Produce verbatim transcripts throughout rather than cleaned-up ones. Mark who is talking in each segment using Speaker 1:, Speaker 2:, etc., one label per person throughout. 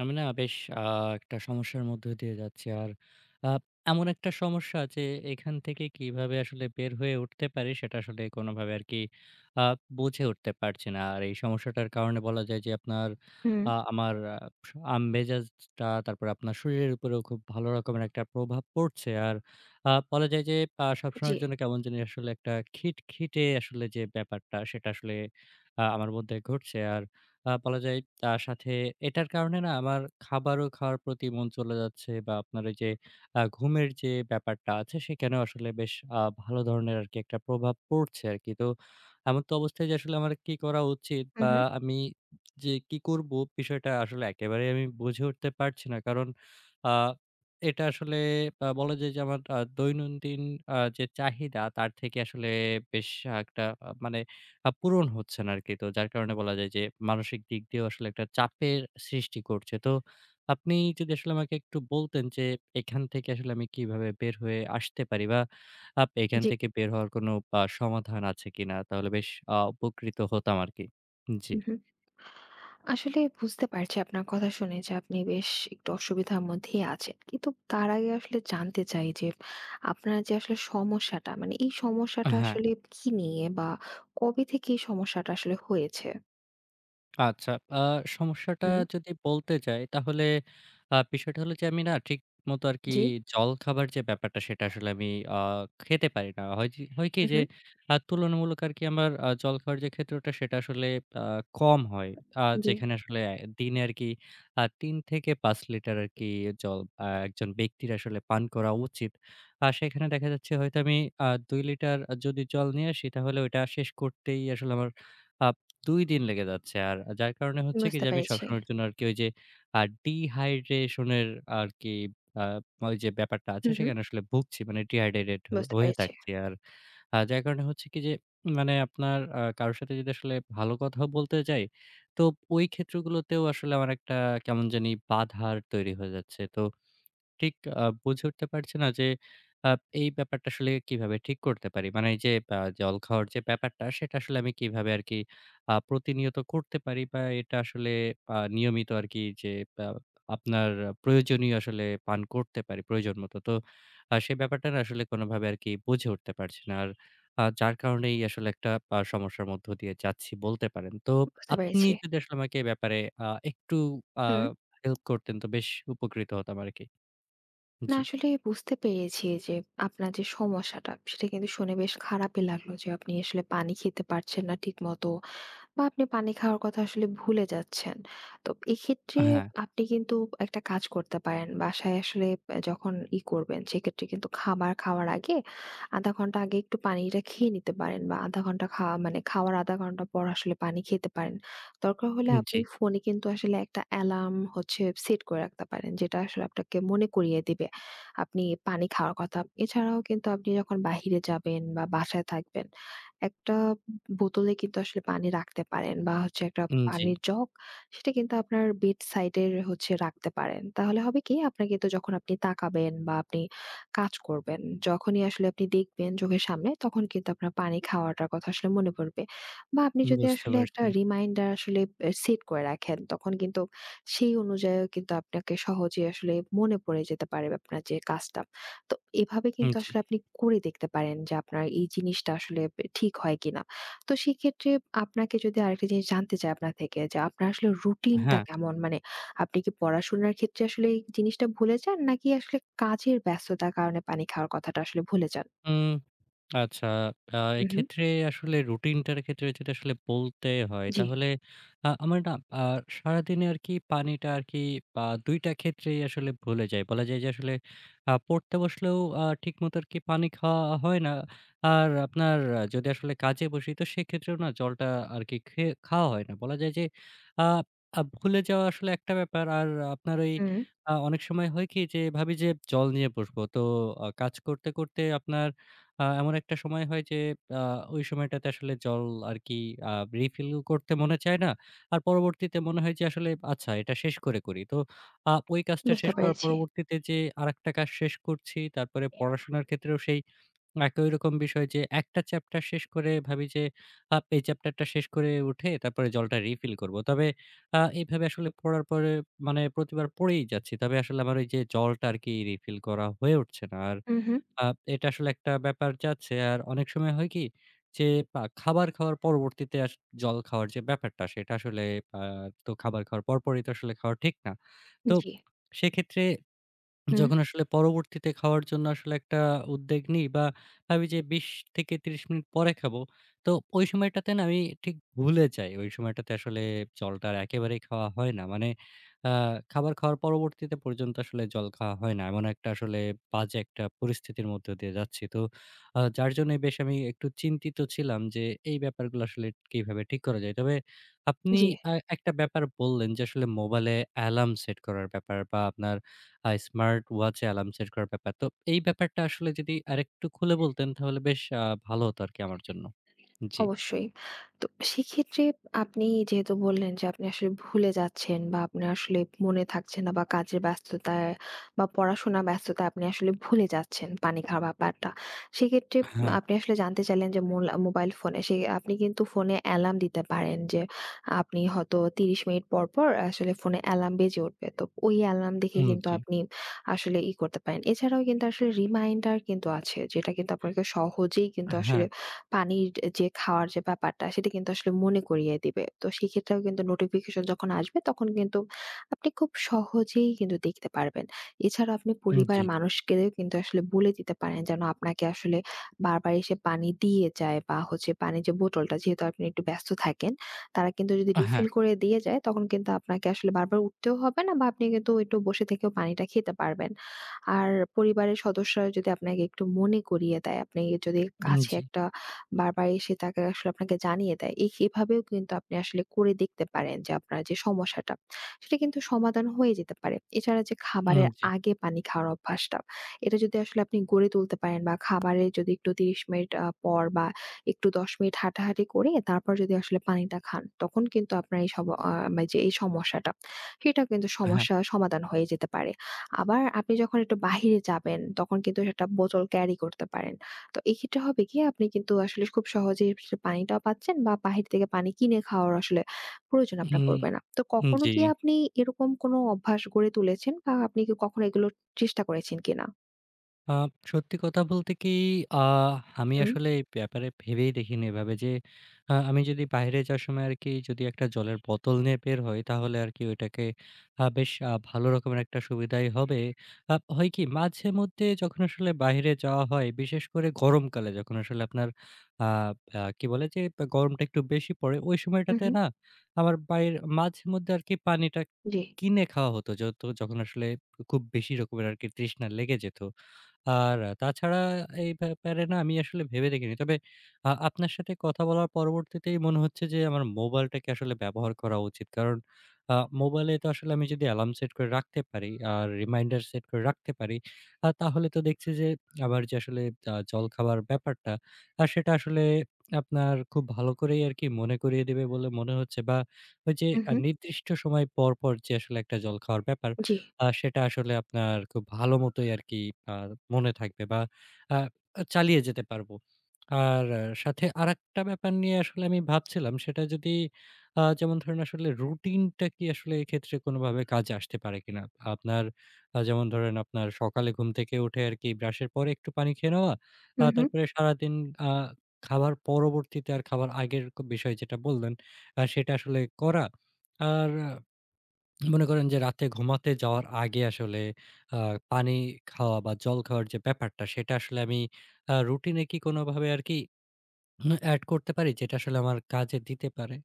Speaker 1: আমি না বেশ আ একটা সমস্যার মধ্য দিয়ে যাচ্ছি। আর আ এমন একটা সমস্যা যে এখান থেকে কিভাবে আসলে বের হয়ে উঠতে পারি, সেটা আসলে কোনোভাবে আরকি আ বুঝে উঠতে পারছি না। আর এই সমস্যাটার কারণে বলা যায় যে আপনার
Speaker 2: হুম,
Speaker 1: আ আমার আ আমমেজাজটা, তারপরে আপনার শরীরের উপরেও খুব ভালো রকমের একটা প্রভাব পড়ছে। আর আ বলা যায় যে আ
Speaker 2: জি।
Speaker 1: সবসময়ের জন্য কেমন জানি আসলে একটা খিটখিটে আসলে যে ব্যাপারটা সেটা আসলে আ আমার মধ্যে ঘটছে। আর আ বলা যায়। তার সাথে এটার কারণে না আমার খাবারও খাওয়ার প্রতি মন চলে যাচ্ছে, বা আপনার ওই যে আ ঘুমের যে ব্যাপারটা আছে সেখানেও আসলে বেশ আ ভালো ধরনের আরকি একটা প্রভাব পড়ছে আরকি। তো এমন তো অবস্থায় যে আসলে আমার কি করা উচিত,
Speaker 2: হু,
Speaker 1: বা
Speaker 2: হু,
Speaker 1: আমি যে কি করব, বিষয়টা আসলে একেবারেই আমি বুঝে উঠতে পারছি না। কারণ আ এটা আসলে আ বলা যায় যে আমার আ দৈনন্দিন আ যে চাহিদা তার থেকে আসলে বেশ একটা আ মানে আ পূরণ হচ্ছে না আরকি। তো যার কারণে বলা যায় যে মানসিক দিক দিয়েও আসলে একটা চাপের সৃষ্টি করছে। তো আপনি যদি আসলে আমাকে একটু বলতেন যে এখান থেকে আসলে আমি কিভাবে বের হয়ে আসতে পারি? বা আপ এখান
Speaker 2: জি।
Speaker 1: থেকে বের হওয়ার কোনো আ সমাধান আছে কিনা? তাহলে বেশ আ উপকৃত হতাম আরকি। জি।
Speaker 2: হু, হু। আসলে বুঝতে পারছি আপনার কথা শুনে যে আপনি বেশ একটু অসুবিধার মধ্যেই আছেন। কিন্তু তার আগে আসলে জানতে চাই যে আপনার যে আসলে সমস্যাটা মানে এই সমস্যাটা
Speaker 1: হ্যাঁ।
Speaker 2: আসলে কি নিয়ে বা কবে থেকে এই সমস্যাটা আসলে হয়েছে?
Speaker 1: আচ্ছা। আ সমস্যাটা
Speaker 2: হুম,
Speaker 1: যদি বলতে যাই তাহলে আ বিষয়টা হলো যে আমি না ঠিকমতো আরকি
Speaker 2: জি।
Speaker 1: জলখাবার যে ব্যাপারটা সেটা আসলে আমি আ খেতে পারি না। হয় যে হয় কি
Speaker 2: হু,
Speaker 1: যে
Speaker 2: হু,
Speaker 1: আ তুলনামূলক আরকি আমার আ জলখাবার যে ক্ষেত্রটা সেটা আসলে আ কম হয়। আ
Speaker 2: জি।
Speaker 1: যেখানে আসলে দিনে আরকি আ তিন থেকে পাঁচ লিটার আরকি জল আ একজন ব্যক্তির আসলে পান করা উচিত। আর সেখানে দেখা যাচ্ছে হয়তো আমি আ দুই লিটার যদি জল নিয়ে আসি তাহলে ওইটা শেষ করতেই আসলে আমার আ দুই দিন লেগে যাচ্ছে। আর যার কারণে হচ্ছে কি
Speaker 2: বুঝতে
Speaker 1: যে আমি
Speaker 2: পেরেছি।
Speaker 1: সবসময়ের জন্য আরকি ওই যে আ ডিহাইড্রেশন এর আরকি আ ওই যে ব্যাপারটা আছে
Speaker 2: হু, হু,
Speaker 1: সেখানে আসলে ভুগছি। মানে ডিহাইড্রেটেড হ
Speaker 2: বুঝতে
Speaker 1: হয়ে
Speaker 2: পেরেছি,
Speaker 1: থাকছি। আর আ যার কারণে হচ্ছে কি যে মানে আপনার আ কারো সাথে যদি আসলে ভালো কথাও বলতে যাই, তো ওই ক্ষেত্রগুলোতেও আসলে আমার একটা কেমন জানি বাধার তৈরি হয়ে যাচ্ছে। তো ঠিক আ বুঝে উঠতে পারছি না যে আ এই ব্যাপারটা আসলে কিভাবে ঠিক করতে পারি? মানে এই যে আ জল খাওয়ার যে ব্যাপারটা সেটা আসলে আমি কিভাবে আরকি আ প্রতিনিয়ত করতে পারি, বা এটা আসলে আ নিয়মিত আরকি যে আ আপনার প্রয়োজনীয় আসলে পান করতে পারি প্রয়োজন মতো। তো আ সে ব্যাপারটা না আসলে কোনোভাবে আরকি বুঝে উঠতে পারছি না। আর আ যার কারণেই আসলে একটা আ সমস্যার মধ্য দিয়ে যাচ্ছি বলতে পারেন। তো
Speaker 2: বুঝতে
Speaker 1: আপনি
Speaker 2: পেরেছি।
Speaker 1: যদি আসলে আমাকে এ ব্যাপারে আ একটু আ
Speaker 2: হুম।
Speaker 1: হেল্প করতেন তো বেশ উপকৃত হতাম আরকি।
Speaker 2: না
Speaker 1: জি,
Speaker 2: আসলে বুঝতে পেরেছি যে আপনার যে সমস্যাটা সেটা কিন্তু শুনে বেশ খারাপই লাগলো যে আপনি আসলে পানি খেতে পারছেন না ঠিক মতো বা আপনি পানি খাওয়ার কথা আসলে ভুলে যাচ্ছেন। তো এক্ষেত্রে
Speaker 1: হ্যাঁ,
Speaker 2: আপনি কিন্তু একটা কাজ করতে পারেন। বাসায় আসলে আ যখন ই করবেন সেক্ষেত্রে কিন্তু খাবার খাওয়ার আগে আধা ঘন্টা আগে একটু পানিটা খেয়ে নিতে পারেন বা আধা ঘন্টা খাওয়া মানে খাওয়ার আধা ঘন্টা পর আসলে পানি খেতে পারেন। দরকার হলে
Speaker 1: জি,
Speaker 2: আপনি ফোনে কিন্তু আসলে একটা অ্যালার্ম হচ্ছে সেট করে রাখতে পারেন। যেটা আসলে আপনাকে মনে করিয়ে দিবে আপনি পানি খাওয়ার কথা। এছাড়াও কিন্তু আপনি যখন বাহিরে যাবেন বা বাসায় থাকবেন, একটা বোতলে কিন্তু আসলে পানি রাখতে পারেন বা হচ্ছে একটা
Speaker 1: জি,
Speaker 2: পানির জগ সেটা কিন্তু আপনার বেড সাইডে হচ্ছে রাখতে পারেন। তাহলে হবে কি আপনার কিন্তু যখন আপনি তাকাবেন বা আপনি কাজ করবেন, যখনই আসলে আপনি দেখবেন চোখের সামনে তখন কিন্তু আপনার পানি খাওয়াটার কথা আসলে মনে পড়বে। বা আপনি যদি
Speaker 1: বুঝতে
Speaker 2: আসলে একটা
Speaker 1: পারছি।
Speaker 2: রিমাইন্ডার আসলে এ সেট করে রাখেন তখন কিন্তু সেই অনুযায়ীও কিন্তু আপনাকে সহজেই আসলে মনে পড়ে যেতে পারে আপনার যে কাজটা। তো এভাবে কিন্তু
Speaker 1: জি,
Speaker 2: আসলে আপনি করে দেখতে পারেন যে আপনার এই জিনিসটা আসলে বে ঠিক হয় কিনা। তো সেক্ষেত্রে আপনাকে যদি আরেকটা জিনিস জানতে চাই আপনার থেকে যে আপনার আসলে রুটিনটা
Speaker 1: হ্যাঁ,
Speaker 2: কেমন? মানে আপনি কি পড়াশোনার ক্ষেত্রে আসলে এই জিনিসটা ভুলে যান? নাকি আসলে কাজের ব্যস্ততার কারণে পানি খাওয়ার কথাটা আসলে ভুলে যান?
Speaker 1: উম আচ্ছা, আ
Speaker 2: হু, হু।
Speaker 1: এক্ষেত্রে আসলে রুটিনটার ক্ষেত্রে যদি আসলে বলতে হয়
Speaker 2: জি।
Speaker 1: তাহলে আ আমার না আ সারাদিনে আরকি পানিটা আরকি আ দুই টা ক্ষেত্রেই আসলে ভুলে যাই। বলা যায় যে আসলে আ পড়তে বসলেও আ ঠিকমতো আরকি পানি খাওয়া হয় না। আর আপনার আহ, যদি আসলে কাজে বসি তো সেক্ষেত্রেও না জলটা আরকি খে খাওয়া হয় না। বলা যায় যে আ আ ভুলে যাওয়া আসলে একটা ব্যাপার। আর আপনার ওই
Speaker 2: হুম,
Speaker 1: আ অনেক সময় হয় কি যে ভাবি যে জল নিয়ে বসবো। তো আ কাজ করতে, করতে আপনার আ এমন একটা সময় হয় যে আ ওই সময়টাতে আসলে জল আরকি আ refill ও করতে মনে চায় না। আর পরবর্তীতে মনে হয় যে আসলে আচ্ছা এটা শেষ করে করি। তো আ ওই কাজটা
Speaker 2: বুঝতে
Speaker 1: শেষ করার
Speaker 2: পেরেছি।
Speaker 1: পরবর্তীতে যে আরেকটা কাজ শেষ করছি, তারপরে পড়াশোনার ক্ষেত্রেও সেই একই রকম বিষয় যে একটা চ্যাপ্টার শেষ করে ভাবি যে আ এই চ্যাপ্টারটা শেষ করে উঠে তারপরে জলটা refill করব। তবে আ এভাবে আসলে পড়ার পরে মানে প্রতিবার পড়েই যাচ্ছি। তবে আসলে আমার ওই যে জলটা আরকি refill করা হয়ে উঠছে না। আর
Speaker 2: হুম, হুম।
Speaker 1: আ এটা আসলে একটা ব্যাপার যাচ্ছে। আর অনেক সময় হয় কি? যে আ খাবার খাওয়ার পরবর্তীতে আস জল খাওয়ার যে ব্যাপারটা সেটা আসলে আ তো খাবার খাওয়ার পরপরই তো আসলে খাওয়া ঠিক না। তো
Speaker 2: জি।
Speaker 1: সেক্ষেত্রে
Speaker 2: হুম,
Speaker 1: যখন আসলে পরবর্তীতে খাওয়ার জন্য আসলে একটা উদ্বেগ নিই, বা ভাবি যে বিশ থেকে ত্রিশ মিনিট পরে খাবো। তো ওই সময়টাতে না আমি ঠিক ভুলে যাই। ওই সময়টাতে আসলে জলটা আর একেবারেই খাওয়া হয় না। মানে আ খাবার খাওয়ার পরবর্তীতে পর্যন্ত আসলে জল খাওয়া হয় না। এমন একটা আসলে বাজে একটা পরিস্থিতির মধ্য দিয়ে যাচ্ছি। তো আ যার জন্যই বেশ আমি একটু চিন্তিত ছিলাম যে এই ব্যাপারগুলো আসলে কিভাবে ঠিক করা যায়। তবে আপনি
Speaker 2: জি।
Speaker 1: আ একটা ব্যাপার বললেন যে আসলে মোবাইলে অ্যালার্ম সেট করার ব্যাপার, বা আপনার আ স্মার্ট ওয়াচে অ্যালার্ম সেট করার ব্যাপার। তো এই ব্যাপারটা আসলে যদি আরেকটু খুলে বলতেন তাহলে বেশ আ ভালো হতো আরকি আমার জন্য। জি।
Speaker 2: অবশ্যই। তো সেক্ষেত্রে আপনি যেহেতু বললেন যে আপনি আসলে ভুলে যাচ্ছেন বা আপনার আসলে মনে থাকছে না বা কাজের ব্যস্ততায় বা পড়াশোনা ব্যস্ততায় আপনি আসলে ভুলে যাচ্ছেন পানি খাওয়ার ব্যাপারটা। সেক্ষেত্রে
Speaker 1: হ্যাঁ,
Speaker 2: আপনি আসলে জানতে চাইলেন যে মোলা মোবাইল ফোনে সে আপনি কিন্তু ফোনে অ্যালার্ম দিতে পারেন যে আপনি হয়তো ত্রিশ মিনিট পর, পর আসলে ফোনে অ্যালার্ম বেজে উঠবে। তো ওই অ্যালার্ম দেখে
Speaker 1: উম
Speaker 2: কিন্তু
Speaker 1: জি।
Speaker 2: আপনি আসলে ই করতে পারেন। এছাড়াও কিন্তু আসলে রিমাইন্ডার কিন্তু আছে যেটা কিন্তু আপনাকে সহজেই কিন্তু
Speaker 1: হ্যাঁ,
Speaker 2: আসলে পানির যে খাওয়ার যে ব্যাপারটা সেটা কিন্তু আসলে মনে করিয়ে দিবে। তো সেক্ষেত্রেও কিন্তু নোটিফিকেশন যখন আসবে তখন কিন্তু আপনি খুব সহজেই কিন্তু দেখতে পারবেন। এছাড়া আপনি
Speaker 1: উম জি।
Speaker 2: পরিবারের মানুষকেও কিন্তু আসলে বলে দিতে পারেন যেন আপনাকে আসলে বারবার এসে পানি দিয়ে যায় বা হচ্ছে পানির যে বোতলটা যেহেতু আপনি একটু ব্যস্ত থাকেন, তারা কিন্তু যদি
Speaker 1: হ্যাঁ,
Speaker 2: রিফিল করে দিয়ে যায় তখন কিন্তু আপনাকে আসলে বারবার উঠতেও হবে না বা আপনি কিন্তু একটু বসে থেকেও পানিটা খেতে পারবেন। আর পরিবারের সদস্যরা যদি আপনাকে একটু মনে করিয়ে দেয়, আপনি যদি
Speaker 1: উম
Speaker 2: কাছে
Speaker 1: জি।
Speaker 2: একটা বারবার এসে তাকে আসলে আপনাকে জানিয়ে দেয়। এই এভাবেও কিন্তু আপনি আসলে করে দেখতে পারেন যে আপনার যে সমস্যাটা, সেটা কিন্তু সমাধান হয়ে যেতে পারে। এছাড়া যে
Speaker 1: উম
Speaker 2: খাবারের
Speaker 1: জি।
Speaker 2: আগে পানি খাওয়ার অভ্যাসটা, এটা যদি আসলে আপনি গড়ে তুলতে পারেন বা খাবারের যদি একটু ত্রিশ মিনিট আ পর বা একটু দশ মিনিট হাঁটাহাঁটি করে তারপর যদি আসলে পানিটা খান, তখন কিন্তু আপনার এই সব আ মানে যে এই সমস্যাটা, সেটা কিন্তু
Speaker 1: হ্যাঁ,
Speaker 2: সমস্যা সমাধান হয়ে যেতে পারে। আবার আপনি যখন একটু বাহিরে যাবেন, তখন কিন্তু একটা বোতল ক্যারি করতে পারেন। তো এক্ষেত্রে হবে কি আপনি কিন্তু আসলে খুব সহজেই সে পানিটাও পাচ্ছেন বা বাহির থেকে পানি কিনে খাওয়ার আসলে প্রয়োজন আপনার পড়বে না। তো
Speaker 1: উম
Speaker 2: কখনো
Speaker 1: জি।
Speaker 2: কি আপনি এরকম কোনো অভ্যাস গড়ে তুলেছেন বা আপনি কি কখনো এগুলো চেষ্টা করেছেন কিনা?
Speaker 1: আ সত্যি কথা বলতে কি আ আমি
Speaker 2: হুম,
Speaker 1: আসলে এই ব্যাপারে ভেবেই দেখিনি এভাবে যে আ আমি যদি বাইরে যাওয়ার সময় আরকি যদি একটা জলের বোতল নিয়ে বের হই তাহলে আরকি ওইটাকে আ বেশ আ ভালো রকমের একটা সুবিধাই হবে। আ হয় কি মাঝেমধ্যে যখন আসলে বাইরে যাওয়া হয়, বিশেষ করে গরমকালে যখন আসলে আপনার আ আ কি বলে যে গরমটা একটু বেশি পড়ে ওই
Speaker 2: হু,
Speaker 1: সময়টাতে
Speaker 2: হু।
Speaker 1: না আমার বাইর মাঝেমধ্যে আরকি পানিটা
Speaker 2: জি।
Speaker 1: কিনে খাওয়া হতো যত যখন আসলে খুব বেশি রকমের আরকি তৃষ্ণা লেগে যেত। আর তাছাড়া এই ব্যাপারে না আমি আসলে ভেবে দেখিনি। তবে আ আপনার সাথে কথা বলার পরবর্তীতেই মনে হচ্ছে যে আমার মোবাইলটাকে আসলে ব্যবহার করা উচিত। কারণ আ মোবাইলে তো আসলে আমি যদি অ্যালার্ম সেট করে রাখতে পারি আর রিমাইন্ডার সেট করে রাখতে পারি, আ তাহলে তো দেখছি যে আমার যে আসলে আ জলখাবার ব্যাপারটা আ সেটা আসলে আপনার খুব ভালো করেই আরকি মনে করিয়ে দেবে বলে মনে হচ্ছে, বা ওই যে
Speaker 2: হু,
Speaker 1: আ
Speaker 2: হু।
Speaker 1: নির্দিষ্ট সময় পর, পর যে আসলে একটা জল খাওয়ার ব্যাপার
Speaker 2: জি।
Speaker 1: আ সেটা আসলে আপনার খুব ভালো মতোই আরকি আ মনে থাকবে, বা আ চালিয়ে যেতে পারবো। আর সাথে আরেকটা ব্যাপার নিয়ে আসলে আমি ভাবছিলাম, সেটা যদি আ যেমন ধরেন আসলে রুটিনটা কি আসলে এক্ষেত্রে কোনোভাবে কাজে আসতে পারে কিনা? আপনার আ যেমন ধরেন আপনার সকালে ঘুম থেকে উঠে আরকি ব্রাশের পরে একটু পানি খেয়ে নেওয়া। আ
Speaker 2: হু, হু।
Speaker 1: তারপরে সারাদিন আ খাবার পরবর্তীতে আর খাবার আগের ক বিষয় যেটা বললেন আ সেটা আসলে করা। আর মনে করেন যে রাতে ঘুমাতে যাওয়ার আগে আসলে আ পানি খাওয়া বা জল খাওয়ার যে ব্যাপারটা সেটা আসলে আমি আ রুটিন এ কি কোনভাবে আরকি এড করতে পারি, যেটা আসলে আমার কাজে দিতে পারে?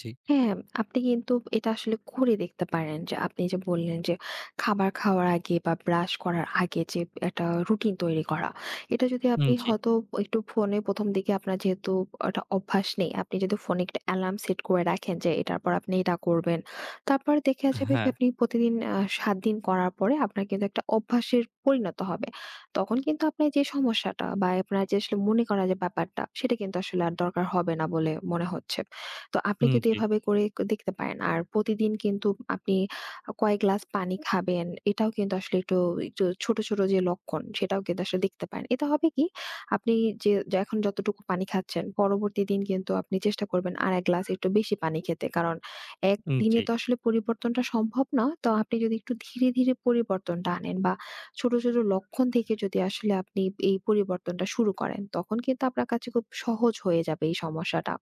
Speaker 1: জি,
Speaker 2: হ্যাঁ, আপনি কিন্তু এটা আসলে করে দেখতে পারেন যে আপনি যে বললেন যে খাবার খাওয়ার আগে বা ব্রাশ করার আগে যে একটা রুটিন তৈরি করা। এটা যদি
Speaker 1: উম
Speaker 2: আপনি
Speaker 1: জি,
Speaker 2: হয়তো একটু ফোনে ১ম দিকে আপনার যেহেতু একটা অভ্যাস নেই, আপনি যদি ফোনে একটা অ্যালার্ম সেট করে রাখেন যে এটার পর আপনি এটা করবেন। তারপর দেখা যাবে যে
Speaker 1: হ্যাঁ,
Speaker 2: আপনি প্রতিদিন আ সাত দিন করার পরে আপনার কিন্তু একটা অভ্যাসের পরিণত হবে। তখন কিন্তু আপনার যে সমস্যাটা বা আপনার যে আসলে মনে করা যে ব্যাপারটা সেটা কিন্তু আসলে আর দরকার হবে না বলে মনে হচ্ছে। তো আপনি
Speaker 1: উম
Speaker 2: কিন্তু
Speaker 1: জি,
Speaker 2: এভাবে করে ক দেখতে পারেন। আর প্রতিদিন কিন্তু আপনি আ কয়েক গ্লাস পানি খাবেন। এটাও কিন্তু আসলে একটু একটু ছোট, ছোট যে লক্ষণ সেটাও কিন্তু আসলে দেখতে পারেন। এতে হবে কি? আপনি যে যে এখন যতটুকু পানি খাচ্ছেন, পরবর্তী দিন কিন্তু আপনি চেষ্টা করবেন আর এক গ্লাস একটু বেশি পানি খেতে। কারণ
Speaker 1: উম
Speaker 2: একদিনে
Speaker 1: জি,
Speaker 2: তো আসলে পরিবর্তনটা সম্ভব না। তো আপনি যদি একটু ধীরে, ধীরে পরিবর্তনটা আনেন বা ছোট, ছোট লক্ষণ থেকে যদি আসলে আপনি এই পরিবর্তনটা শুরু করেন, তখন কিন্তু আপনার কাছে খুব সহজ হয়ে যাবে এই সমস্যাটা।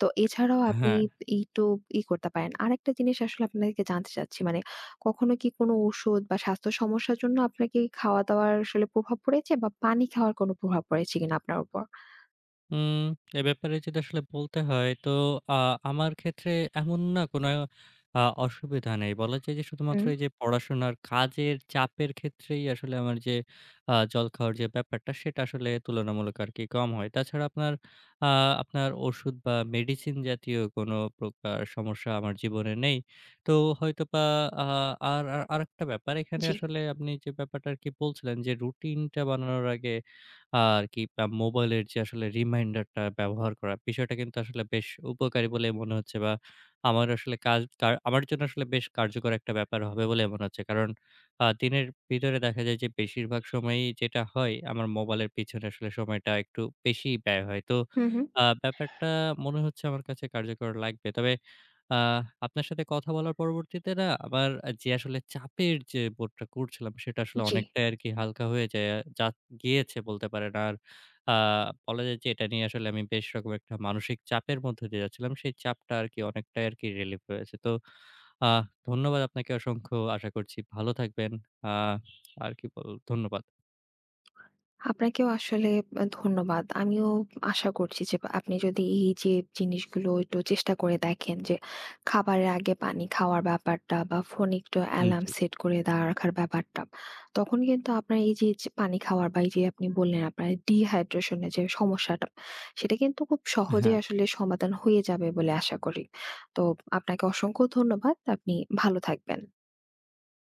Speaker 2: তো এছাড়াও আপনি
Speaker 1: হ্যাঁ।
Speaker 2: এই তো ই করতে পারেন। আরেকটা জিনিস আসলে আপনাকে জানতে চাচ্ছি মানে কখনো কি কোনো ঔষধ বা স্বাস্থ্য সমস্যার জন্য আপনার কি খাওয়া-দাওয়ার আসলে প্রভাব পড়েছে বা পানি খাওয়ার কোনো প্রভাব পড়েছে কিনা আপনার উপর?
Speaker 1: উম এ ব্যাপারে যদি আসলে বলতে হয় তো আ আমার ক্ষেত্রে এমন না কোনো আ অসুবিধা নেই। বলা যায় যে শুধুমাত্র
Speaker 2: হুম,
Speaker 1: এই যে পড়াশোনার কাজের চাপের ক্ষেত্রেই আসলে আমার যে আ জল খাওয়ার যে ব্যাপারটা সেটা আসলে তুলনামূলক আরকি কম হয়। তাছাড়া আপনার আ আপনার ওষুধ বা মেডিসিন জাতীয় কোনো প্রকার সমস্যা আমার জীবনে নেই। তো হয়তোবা আ আর আ আরেকটা ব্যাপার এখানে
Speaker 2: জি।
Speaker 1: আসলে আপনি যে ব্যাপারটা আরকি বলছিলেন যে রুটিনটা বানানোর আগে আর কি আ মোবাইলের যে আসলে রিমাইন্ডারটা ব্যবহার করা, বিষয়টা কিন্তু আসলে বেশ উপকারী বলে মনে হচ্ছে, বা আমার আসলে কাজ কার আমার জন্য আসলে বেশ কার্যকর একটা ব্যাপার হবে বলে মনে হচ্ছে। কারণ আ দিনের ভিতরে দেখা যায় যে বেশিরভাগ সময়ই যেটা হয় আমার মোবাইলের পিছনে আসলে সময়টা একটু বেশিই ব্যয় হয়। তো
Speaker 2: হুম, হুম।
Speaker 1: আ ব্যাপারটা মনে হচ্ছে আমার কাছে কার্যকর লাগবে। তবে আ আপনার সাথে কথা বলার পরবর্তীতে না আমার যে আসলে চাপের যে বোধটা করছিলাম সেটা আসলে
Speaker 2: জি।
Speaker 1: অনেকটাই আরকি হালকা হয়ে যায় আ যাচ্ছে। গিয়েছে বলতে পারেন। আর আ বলা যায় যে এটা নিয়ে আসলে আমি বেশ রকম একটা মানসিক চাপের মধ্য দিয়ে যাচ্ছিলাম। সেই চাপটা আরকি অনেকটাই আরকি রিলিফ হয়েছে। তো আহ ধন্যবাদ আপনাকে অসংখ্য। আশা করছি ভালো থাকবেন। আ আর কি বল ধন্যবাদ।
Speaker 2: আপনাকেও আসলে আ ধন্যবাদ। আমিও আশা করছি যে আপনি যদি এই যে জিনিসগুলো একটু চেষ্টা করে দেখেন যে খাবারের আগে পানি খাওয়ার ব্যাপারটা বা ফোনে একটু
Speaker 1: উম
Speaker 2: অ্যালার্ম
Speaker 1: জি।
Speaker 2: সেট করে দেওয়া রাখার ব্যাপারটা। তখন কিন্তু আপনার এই যে যে পানি খাওয়ার বা এই যে আপনি বললেন আপনার ডিহাইড্রেশন এর যে সমস্যাটা, সেটা কিন্তু খুব সহজেই
Speaker 1: হ্যাঁ।
Speaker 2: আসলে সমাধান হয়ে যাবে বলে আশা করি। তো আপনাকে অসংখ্য ধন্যবাদ। আপনি ভালো থাকবেন।